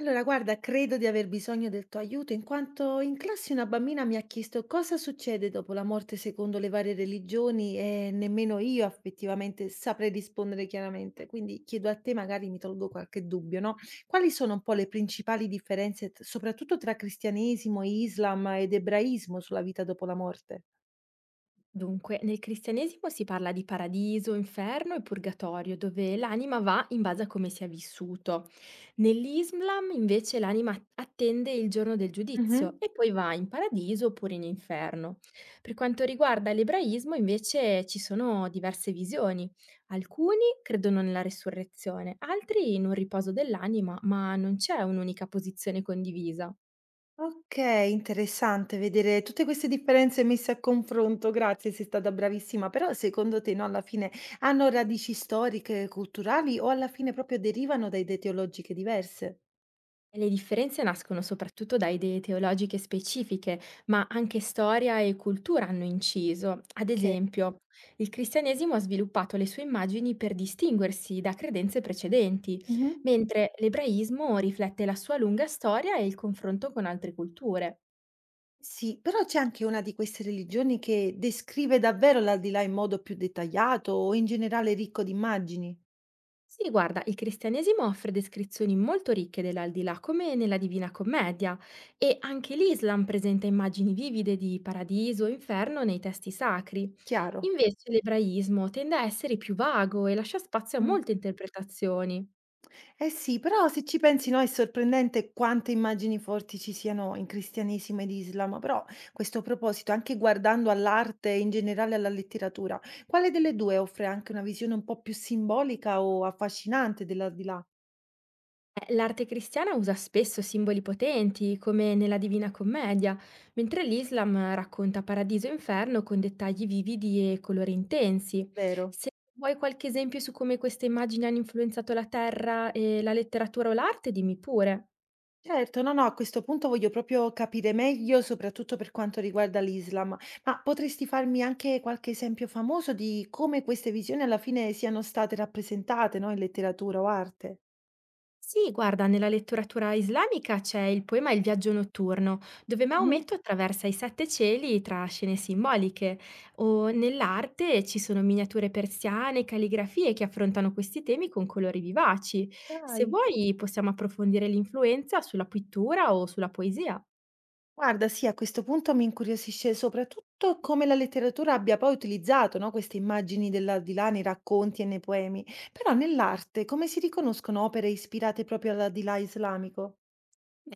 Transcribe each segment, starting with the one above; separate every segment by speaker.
Speaker 1: Allora, guarda, credo di aver bisogno del tuo aiuto, in quanto in classe una bambina mi ha chiesto cosa succede dopo la morte secondo le varie religioni e nemmeno io effettivamente saprei rispondere chiaramente. Quindi chiedo a te, magari mi tolgo qualche dubbio, no? Quali sono un po' le principali differenze, soprattutto tra cristianesimo, Islam ed ebraismo sulla vita dopo la morte?
Speaker 2: Dunque, nel cristianesimo si parla di paradiso, inferno e purgatorio, dove l'anima va in base a come si è vissuto. Nell'Islam invece l'anima attende il giorno del giudizio
Speaker 1: Mhm.
Speaker 2: e poi va in paradiso oppure in inferno. Per quanto riguarda l'ebraismo invece ci sono diverse visioni. Alcuni credono nella resurrezione, altri in un riposo dell'anima, ma non c'è un'unica posizione condivisa.
Speaker 1: Okay, interessante vedere tutte queste differenze messe a confronto. Grazie, sei stata bravissima. Però secondo te, no, alla fine hanno radici storiche, culturali o alla fine proprio derivano da idee teologiche diverse?
Speaker 2: Le differenze nascono soprattutto da idee teologiche specifiche, ma anche storia e cultura hanno inciso. Ad
Speaker 1: Che
Speaker 2: esempio, il cristianesimo ha sviluppato le sue immagini per distinguersi da credenze precedenti,
Speaker 1: mh-mh.
Speaker 2: mentre l'ebraismo riflette la sua lunga storia e il confronto con altre culture.
Speaker 1: Sì, però c'è anche una di queste religioni che descrive davvero l'aldilà in modo più dettagliato o in generale ricco di immagini?
Speaker 2: Sì, guarda, il cristianesimo offre descrizioni molto ricche dell'aldilà, come nella Divina Commedia, e anche l'Islam presenta immagini vivide di paradiso e inferno nei testi sacri.
Speaker 1: Chiaro.
Speaker 2: Invece l'ebraismo tende a essere più vago e lascia spazio a
Speaker 1: Mh.
Speaker 2: molte interpretazioni.
Speaker 1: Eh sì, però se ci pensi, no, è sorprendente quante immagini forti ci siano in cristianesimo ed Islam. Però, a questo proposito, anche guardando all'arte e in generale alla letteratura, quale delle due offre anche una visione un po' più simbolica o affascinante dell'aldilà?
Speaker 2: L'arte cristiana usa spesso simboli potenti, come nella Divina Commedia, mentre l'Islam racconta paradiso e inferno con dettagli vividi e colori intensi.
Speaker 1: Vero.
Speaker 2: Se vuoi qualche esempio su come queste immagini hanno influenzato la terra e la letteratura o l'arte, dimmi pure.
Speaker 1: Certo, no, no, a questo punto voglio proprio capire meglio, soprattutto per quanto riguarda l'Islam, ma potresti farmi anche qualche esempio famoso di come queste visioni alla fine siano state rappresentate, no, in letteratura o arte?
Speaker 2: Sì, guarda, nella letteratura islamica c'è il poema Il viaggio notturno, dove
Speaker 1: Mhm.
Speaker 2: Maometto attraversa i sette cieli tra scene simboliche, o nell'arte ci sono miniature persiane, calligrafie che affrontano questi temi con colori vivaci. Se
Speaker 1: Dai.
Speaker 2: vuoi, possiamo approfondire l'influenza sulla pittura o sulla poesia.
Speaker 1: Guarda, sì, a questo punto mi incuriosisce soprattutto come la letteratura abbia poi utilizzato, no, queste immagini dell'aldilà nei racconti e nei poemi, però nell'arte come si riconoscono opere ispirate proprio all'aldilà islamico?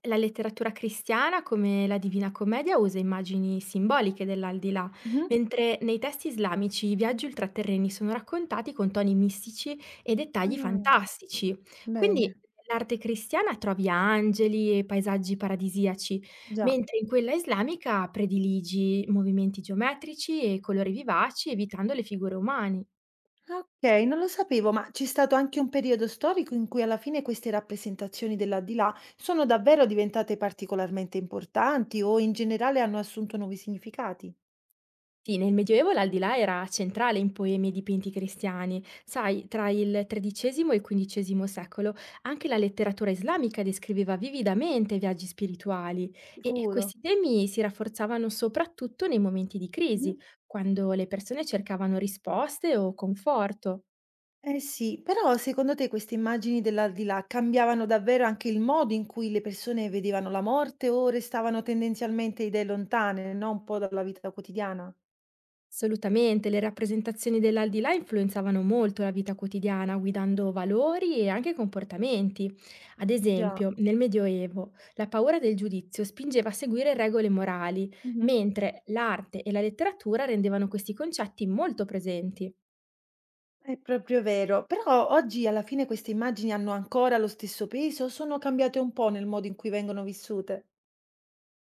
Speaker 2: La letteratura cristiana, come la Divina Commedia, usa immagini simboliche dell'aldilà,
Speaker 1: Mhm.
Speaker 2: mentre nei testi islamici i viaggi ultraterreni sono raccontati con toni mistici e dettagli
Speaker 1: Ah,
Speaker 2: fantastici. Quindi
Speaker 1: bene,
Speaker 2: nell'arte cristiana trovi angeli e paesaggi paradisiaci,
Speaker 1: già.
Speaker 2: mentre in quella islamica prediligi movimenti geometrici e colori vivaci, evitando le figure umane.
Speaker 1: Ok, non lo sapevo, ma c'è stato anche un periodo storico in cui alla fine queste rappresentazioni dell'aldilà sono davvero diventate particolarmente importanti o in generale hanno assunto nuovi significati?
Speaker 2: Sì, nel Medioevo l'aldilà era centrale in poemi e dipinti cristiani. Sai, tra il XIII e il XV secolo anche la letteratura islamica descriveva vividamente viaggi spirituali e
Speaker 1: Sicuro.
Speaker 2: questi temi si rafforzavano soprattutto nei momenti di crisi, quando le persone cercavano risposte o conforto.
Speaker 1: Eh sì, però secondo te queste immagini dell'aldilà cambiavano davvero anche il modo in cui le persone vedevano la morte o restavano tendenzialmente idee lontane, no? Un po' dalla vita quotidiana?
Speaker 2: Assolutamente, le rappresentazioni dell'aldilà influenzavano molto la vita quotidiana, guidando valori e anche comportamenti. Ad
Speaker 1: Già,
Speaker 2: esempio, nel Medioevo, la paura del giudizio spingeva a seguire regole morali,
Speaker 1: mhm.
Speaker 2: mentre l'arte e la letteratura rendevano questi concetti molto presenti.
Speaker 1: È proprio vero, però oggi alla fine queste immagini hanno ancora lo stesso peso o sono cambiate un po' nel modo in cui vengono vissute?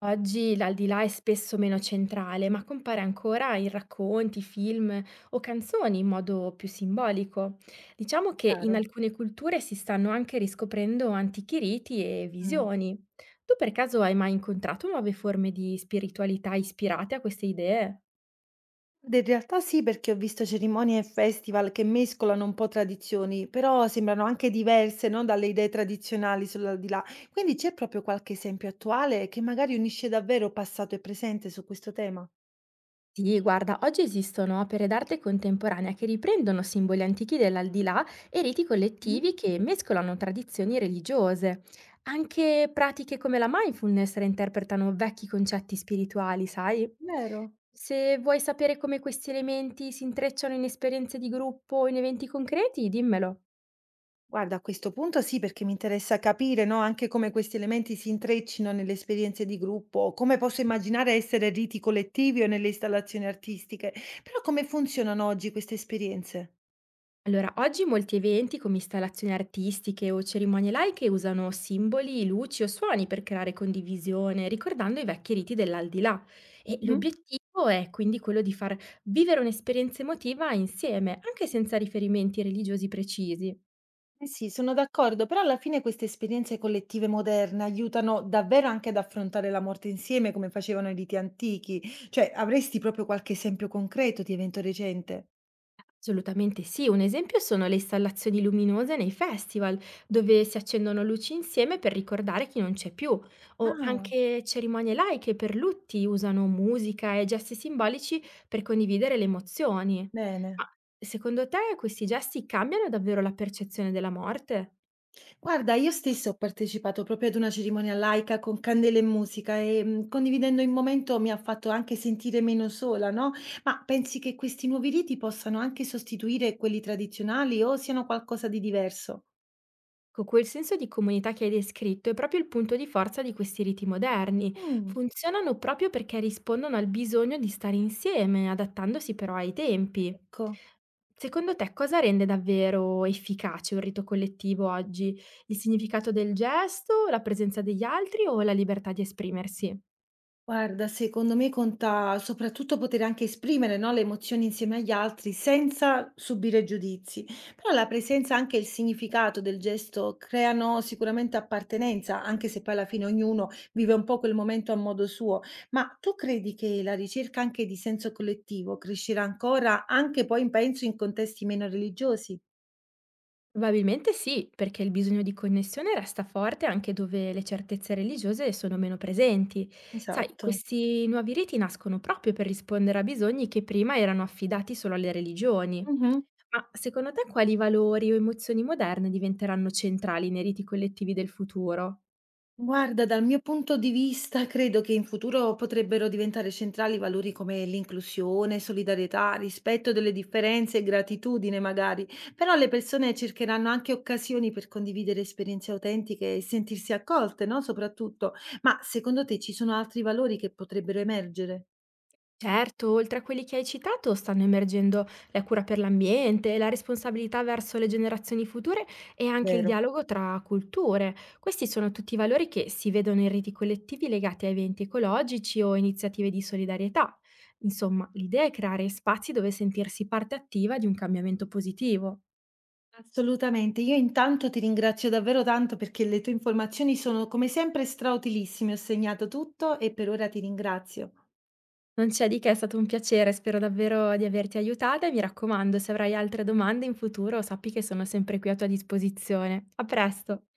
Speaker 2: Oggi l'aldilà è spesso meno centrale, ma compare ancora in racconti, film o canzoni in modo più simbolico. Diciamo che in
Speaker 1: Chiaro.
Speaker 2: alcune culture si stanno anche riscoprendo antichi riti e
Speaker 1: Mm.
Speaker 2: visioni. Tu per caso hai mai incontrato nuove forme di spiritualità ispirate a queste idee?
Speaker 1: Guarda, in realtà sì, perché ho visto cerimonie e festival che mescolano un po' tradizioni, però sembrano anche diverse, no, dalle idee tradizionali solo di là. Quindi c'è proprio qualche esempio attuale che magari unisce davvero passato e presente su questo tema?
Speaker 2: Sì, guarda, oggi esistono opere d'arte contemporanea che riprendono simboli antichi dell'aldilà e riti
Speaker 1: Mm?
Speaker 2: collettivi che mescolano tradizioni religiose. Anche pratiche come la mindfulness reinterpretano vecchi concetti spirituali, sai?
Speaker 1: Vero?
Speaker 2: Se vuoi sapere come questi elementi si intrecciano in esperienze di gruppo o in eventi concreti, dimmelo.
Speaker 1: Guarda, a questo punto sì, perché mi interessa capire, no, anche come questi elementi si intreccino nelle esperienze di gruppo, come posso immaginare essere riti collettivi o nelle installazioni artistiche, però come funzionano oggi queste esperienze?
Speaker 2: Allora, oggi molti eventi come installazioni artistiche o cerimonie laiche usano simboli, luci o suoni per creare condivisione, ricordando i vecchi riti dell'aldilà. E l'obiettivo è quindi quello di far vivere un'esperienza emotiva insieme, anche senza riferimenti religiosi precisi.
Speaker 1: Eh sì, sono d'accordo, però alla fine queste esperienze collettive moderne aiutano davvero anche ad affrontare la morte insieme, come facevano i riti antichi. Cioè, avresti proprio qualche esempio concreto di evento recente?
Speaker 2: Assolutamente sì, un esempio sono le installazioni luminose nei festival, dove si accendono luci insieme per ricordare chi non c'è più, o
Speaker 1: Ah,
Speaker 2: anche cerimonie laiche per lutti usano musica e gesti simbolici per condividere le emozioni. Ma
Speaker 1: bene.
Speaker 2: secondo te questi gesti cambiano davvero la percezione della morte?
Speaker 1: Guarda, io stessa ho partecipato proprio ad una cerimonia laica con candele e musica e, condividendo il momento mi ha fatto anche sentire meno sola, no? Ma pensi che questi nuovi riti possano anche sostituire quelli tradizionali o siano qualcosa di diverso?
Speaker 2: Ecco, quel senso di comunità che hai descritto è proprio il punto di forza di questi riti moderni.
Speaker 1: Mm.
Speaker 2: Funzionano proprio perché rispondono al bisogno di stare insieme, adattandosi però ai tempi.
Speaker 1: Ecco.
Speaker 2: Secondo te cosa rende davvero efficace un rito collettivo oggi? Il significato del gesto, la presenza degli altri o la libertà di esprimersi?
Speaker 1: Guarda, secondo me conta soprattutto poter anche esprimere, no, le emozioni insieme agli altri senza subire giudizi, però la presenza e anche il significato del gesto creano sicuramente appartenenza, anche se poi alla fine ognuno vive un po' quel momento a modo suo. Ma tu credi che la ricerca anche di senso collettivo crescerà ancora, anche poi penso in contesti meno religiosi?
Speaker 2: Probabilmente sì, perché il bisogno di connessione resta forte anche dove le certezze religiose sono meno presenti. Sai,
Speaker 1: Esatto.
Speaker 2: questi nuovi riti nascono proprio per rispondere a bisogni che prima erano affidati solo alle religioni.
Speaker 1: Mhm.
Speaker 2: Ma secondo te quali valori o emozioni moderne diventeranno centrali nei riti collettivi del futuro?
Speaker 1: Guarda, dal mio punto di vista, credo che in futuro potrebbero diventare centrali valori come l'inclusione, solidarietà, rispetto delle differenze e gratitudine, magari. Però le persone cercheranno anche occasioni per condividere esperienze autentiche e sentirsi accolte, no? Soprattutto. Ma secondo te ci sono altri valori che potrebbero emergere?
Speaker 2: Certo, oltre a quelli che hai citato, stanno emergendo la cura per l'ambiente, la responsabilità verso le generazioni future e anche il
Speaker 1: Vero.
Speaker 2: dialogo tra culture. Questi sono tutti valori che si vedono in riti collettivi legati a eventi ecologici o iniziative di solidarietà. Insomma, l'idea è creare spazi dove sentirsi parte attiva di un cambiamento positivo.
Speaker 1: Assolutamente, io intanto ti ringrazio davvero tanto perché le tue informazioni sono come sempre strautilissime, ho segnato tutto e per ora ti ringrazio.
Speaker 2: Non c'è di che, è stato un piacere, spero davvero di averti aiutata e mi raccomando, se avrai altre domande in futuro, sappi che sono sempre qui a tua disposizione. A presto!